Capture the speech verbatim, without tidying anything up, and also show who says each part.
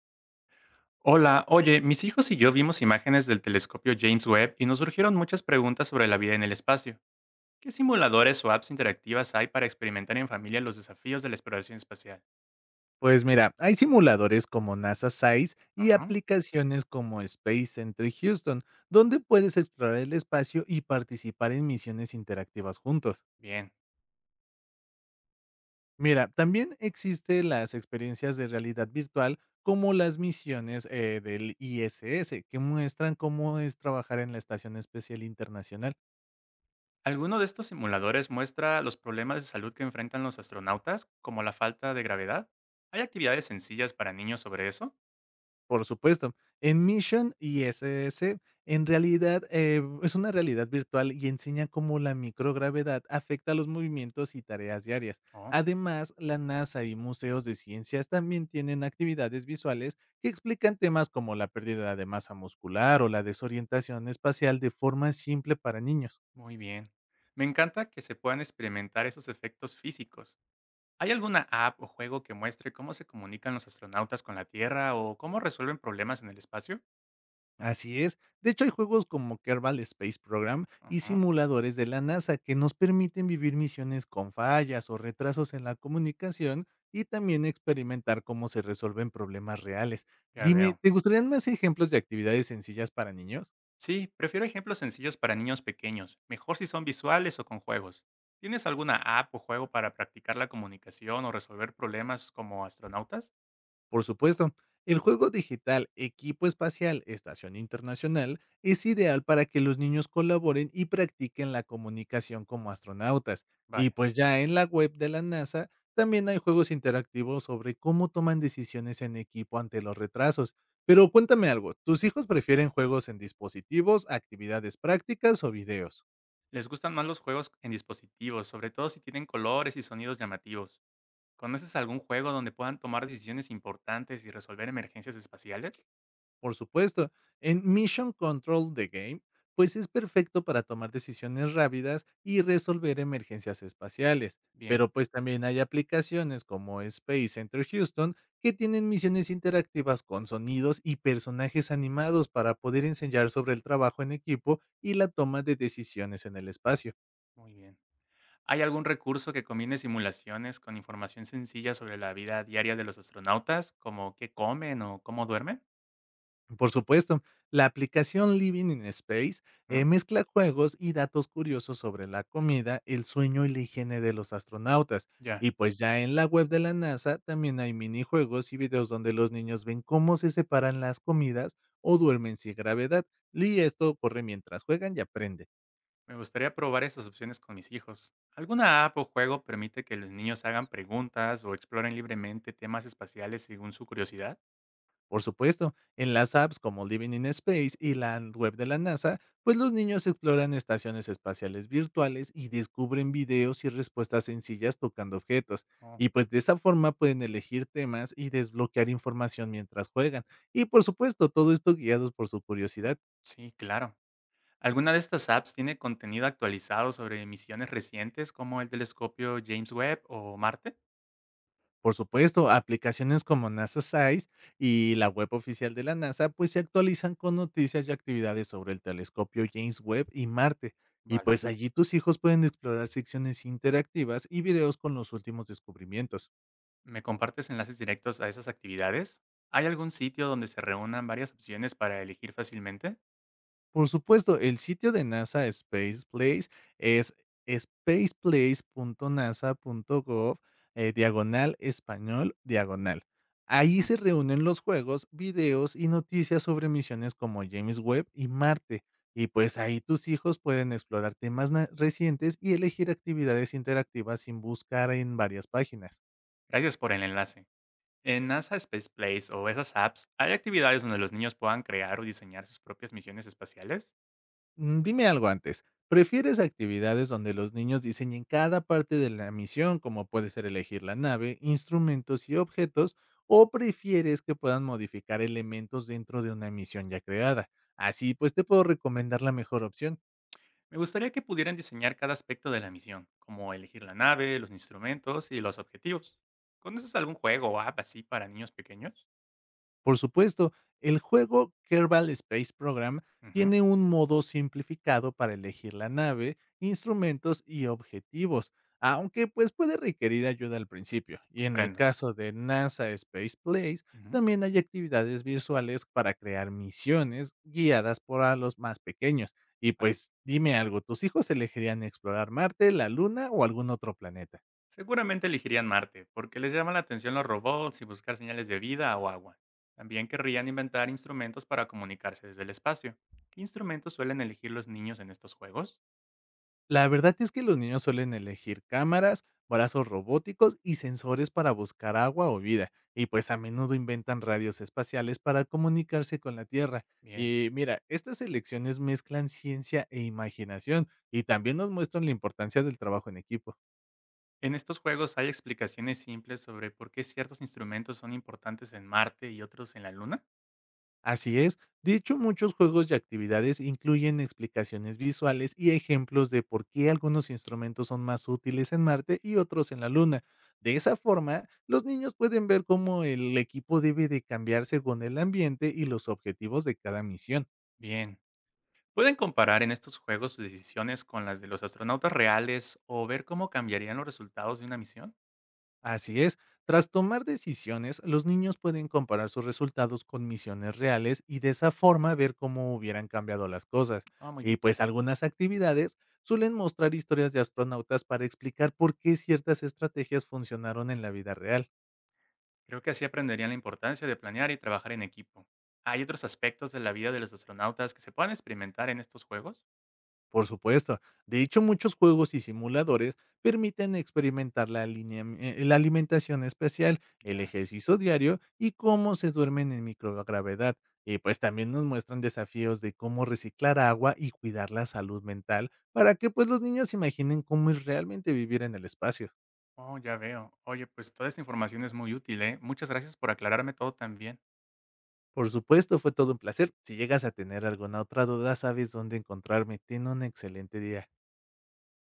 Speaker 1: Hola, oye, mis hijos y yo vimos imágenes del telescopio James Webb y nos surgieron muchas preguntas sobre la vida en el espacio. ¿Qué simuladores o apps interactivas hay para experimentar en familia los desafíos de la exploración espacial?
Speaker 2: Pues mira, hay simuladores como NASA Size y
Speaker 1: Ajá.
Speaker 2: aplicaciones como Space Center Houston, donde puedes explorar el espacio y participar en misiones interactivas juntos.
Speaker 1: Bien.
Speaker 2: Mira, también existen las experiencias de realidad virtual como las misiones eh, del I S S, que muestran cómo es trabajar en la Estación Especial Internacional.
Speaker 1: ¿Alguno de estos simuladores muestra los problemas de salud que enfrentan los astronautas, como la falta de gravedad? ¿Hay actividades sencillas para niños sobre eso?
Speaker 2: Por supuesto. En Mission y I S S, en realidad, eh, es una realidad virtual y enseña cómo la microgravedad afecta los movimientos y tareas diarias.
Speaker 1: Oh,
Speaker 2: Además, la NASA y museos de ciencias también tienen actividades visuales que explican temas como la pérdida de masa muscular o la desorientación espacial de forma simple para niños.
Speaker 1: muy bien. Me encanta que se puedan experimentar esos efectos físicos. ¿Hay alguna app o juego que muestre cómo se comunican los astronautas con la Tierra o cómo resuelven problemas en el espacio?
Speaker 2: Así es. De hecho, hay juegos como Kerbal Space Program y
Speaker 1: Ajá,
Speaker 2: simuladores de la NASA que nos permiten vivir misiones con fallas o retrasos en la comunicación y también experimentar cómo se resuelven problemas reales.
Speaker 1: ya
Speaker 2: Dime,
Speaker 1: veo.
Speaker 2: ¿te gustarían más ejemplos de actividades sencillas para niños?
Speaker 1: Sí, prefiero ejemplos sencillos para niños pequeños, mejor si son visuales o con juegos. ¿Tienes alguna app o juego para practicar la comunicación o resolver problemas como astronautas?
Speaker 2: Por supuesto, el juego digital Equipo Espacial Estación Internacional es ideal para que los niños colaboren y practiquen la comunicación como astronautas. Y
Speaker 1: Vale.
Speaker 2: pues ya en la web de la NASA también hay juegos interactivos sobre cómo toman decisiones en equipo ante los retrasos. Pero cuéntame algo, ¿tus hijos prefieren juegos en dispositivos, actividades prácticas o videos?
Speaker 1: Les gustan más los juegos en dispositivos, sobre todo si tienen colores y sonidos llamativos. ¿Conoces algún juego donde puedan tomar decisiones importantes y resolver emergencias espaciales?
Speaker 2: Por supuesto, en Mission Control the Game, pues es perfecto para tomar decisiones rápidas y resolver emergencias espaciales,
Speaker 1: Bien,
Speaker 2: pero pues también hay aplicaciones como Space Center Houston que tienen misiones interactivas con sonidos y personajes animados para poder enseñar sobre el trabajo en equipo y la toma de decisiones en el espacio.
Speaker 1: muy bien. ¿Hay algún recurso que combine simulaciones con información sencilla sobre la vida diaria de los astronautas, como qué comen o cómo duermen?
Speaker 2: Por supuesto, la aplicación Living in Space
Speaker 1: ¿Mm?
Speaker 2: eh, mezcla juegos y datos curiosos sobre la comida, el sueño y la higiene de los astronautas.
Speaker 1: Ya,
Speaker 2: Y pues ya en la web de la NASA también hay minijuegos y videos donde los niños ven cómo se separan las comidas o duermen sin gravedad. Y esto ocurre mientras juegan y aprenden.
Speaker 1: me gustaría probar esas opciones con mis hijos. ¿Alguna app o juego permite que los niños hagan preguntas o exploren libremente temas espaciales según su curiosidad?
Speaker 2: Por supuesto, en las apps como Living in Space y la web de la NASA, pues los niños exploran estaciones espaciales virtuales y descubren videos y respuestas sencillas tocando objetos.
Speaker 1: Oh,
Speaker 2: Y pues de esa forma pueden elegir temas y desbloquear información mientras juegan. Y por supuesto, todo esto guiados por su curiosidad.
Speaker 1: sí, claro. ¿Alguna de estas apps tiene contenido actualizado sobre misiones recientes como el telescopio James Webb o Marte?
Speaker 2: Por supuesto, aplicaciones como NASA Size y la web oficial de la NASA pues se actualizan con noticias y actividades sobre el telescopio James Webb y Marte. Y
Speaker 1: Vale.
Speaker 2: pues allí tus hijos pueden explorar secciones interactivas y videos con los últimos descubrimientos.
Speaker 1: ¿Me compartes enlaces directos a esas actividades? ¿Hay algún sitio donde se reúnan varias opciones para elegir fácilmente?
Speaker 2: Por supuesto, el sitio de NASA Space Place es spaceplace punto nasa punto gov, eh, diagonal español, diagonal. Ahí
Speaker 1: Mm,
Speaker 2: se reúnen los juegos, videos y noticias sobre misiones como James Webb y Marte. Y pues ahí tus hijos pueden explorar temas na- recientes y elegir actividades interactivas sin buscar en varias páginas.
Speaker 1: gracias por el enlace. En N A S A space place o esas apps, ¿hay actividades donde los niños puedan crear o diseñar sus propias misiones espaciales?
Speaker 2: Mm, dime algo antes. ¿Prefieres actividades donde los niños diseñen cada parte de la misión, como puede ser elegir la nave, instrumentos y objetos, o prefieres que puedan modificar elementos dentro de una misión ya creada? Así pues te puedo recomendar la mejor opción.
Speaker 1: Me gustaría que pudieran diseñar cada aspecto de la misión, como elegir la nave, los instrumentos y los objetivos. ¿Conoces algún juego o app así para niños pequeños?
Speaker 2: Por supuesto, el juego Kerbal Space Program
Speaker 1: Ujú,
Speaker 2: tiene un modo simplificado para elegir la nave, instrumentos y objetivos, aunque pues puede requerir ayuda al principio. Y en el
Speaker 1: comprendo.
Speaker 2: caso de NASA Space Place,
Speaker 1: Ujú.
Speaker 2: también hay actividades visuales para crear misiones guiadas por a los más pequeños. Y pues dime algo, ¿tus hijos elegirían explorar Marte, la Luna o algún otro planeta?
Speaker 1: Seguramente elegirían Marte, porque les llama la atención los robots y buscar señales de vida o agua. También querrían inventar instrumentos para comunicarse desde el espacio. ¿Qué instrumentos suelen elegir los niños en estos juegos?
Speaker 2: La verdad es que los niños suelen elegir cámaras, brazos robóticos y sensores para buscar agua o vida, y pues a menudo inventan radios espaciales para comunicarse con la Tierra.
Speaker 1: Bien.
Speaker 2: Y mira, estas elecciones mezclan ciencia e imaginación y también nos muestran la importancia del trabajo en equipo.
Speaker 1: En estos juegos hay explicaciones simples sobre por qué ciertos instrumentos son importantes en Marte y otros en la Luna.
Speaker 2: Así es. De hecho, muchos juegos y actividades incluyen explicaciones visuales y ejemplos de por qué algunos instrumentos son más útiles en Marte y otros en la Luna. De esa forma, los niños pueden ver cómo el equipo debe de cambiar según el ambiente y los objetivos de cada misión.
Speaker 1: Bien. Pueden comparar en estos juegos sus decisiones con las de los astronautas reales o ver cómo cambiarían los resultados de una misión.
Speaker 2: Así es, tras tomar decisiones, los niños pueden comparar sus resultados con misiones reales y de esa forma ver cómo hubieran cambiado las cosas.
Speaker 1: Ah, muy bien.
Speaker 2: Y pues algunas actividades suelen mostrar historias de astronautas para explicar por qué ciertas estrategias funcionaron en la vida real.
Speaker 1: Creo que así aprenderían la importancia de planear y trabajar en equipo. ¿Hay otros aspectos de la vida de los astronautas que se puedan experimentar en estos juegos?
Speaker 2: Por supuesto. De hecho, muchos juegos y simuladores permiten experimentar la, alineam- eh, la alimentación especial, el
Speaker 1: Ya.
Speaker 2: ejercicio diario y cómo se duermen en microgravedad. Y pues también nos muestran desafíos de cómo reciclar agua y cuidar la salud mental para que pues los niños imaginen cómo es realmente vivir en el espacio.
Speaker 1: Oh, ya veo. Oye, pues toda esta información es muy útil, ¿eh? Muchas gracias por aclararme todo tan bien.
Speaker 2: Por supuesto, fue todo un placer. Si llegas a tener alguna otra duda, sabes dónde encontrarme. Ten un excelente día.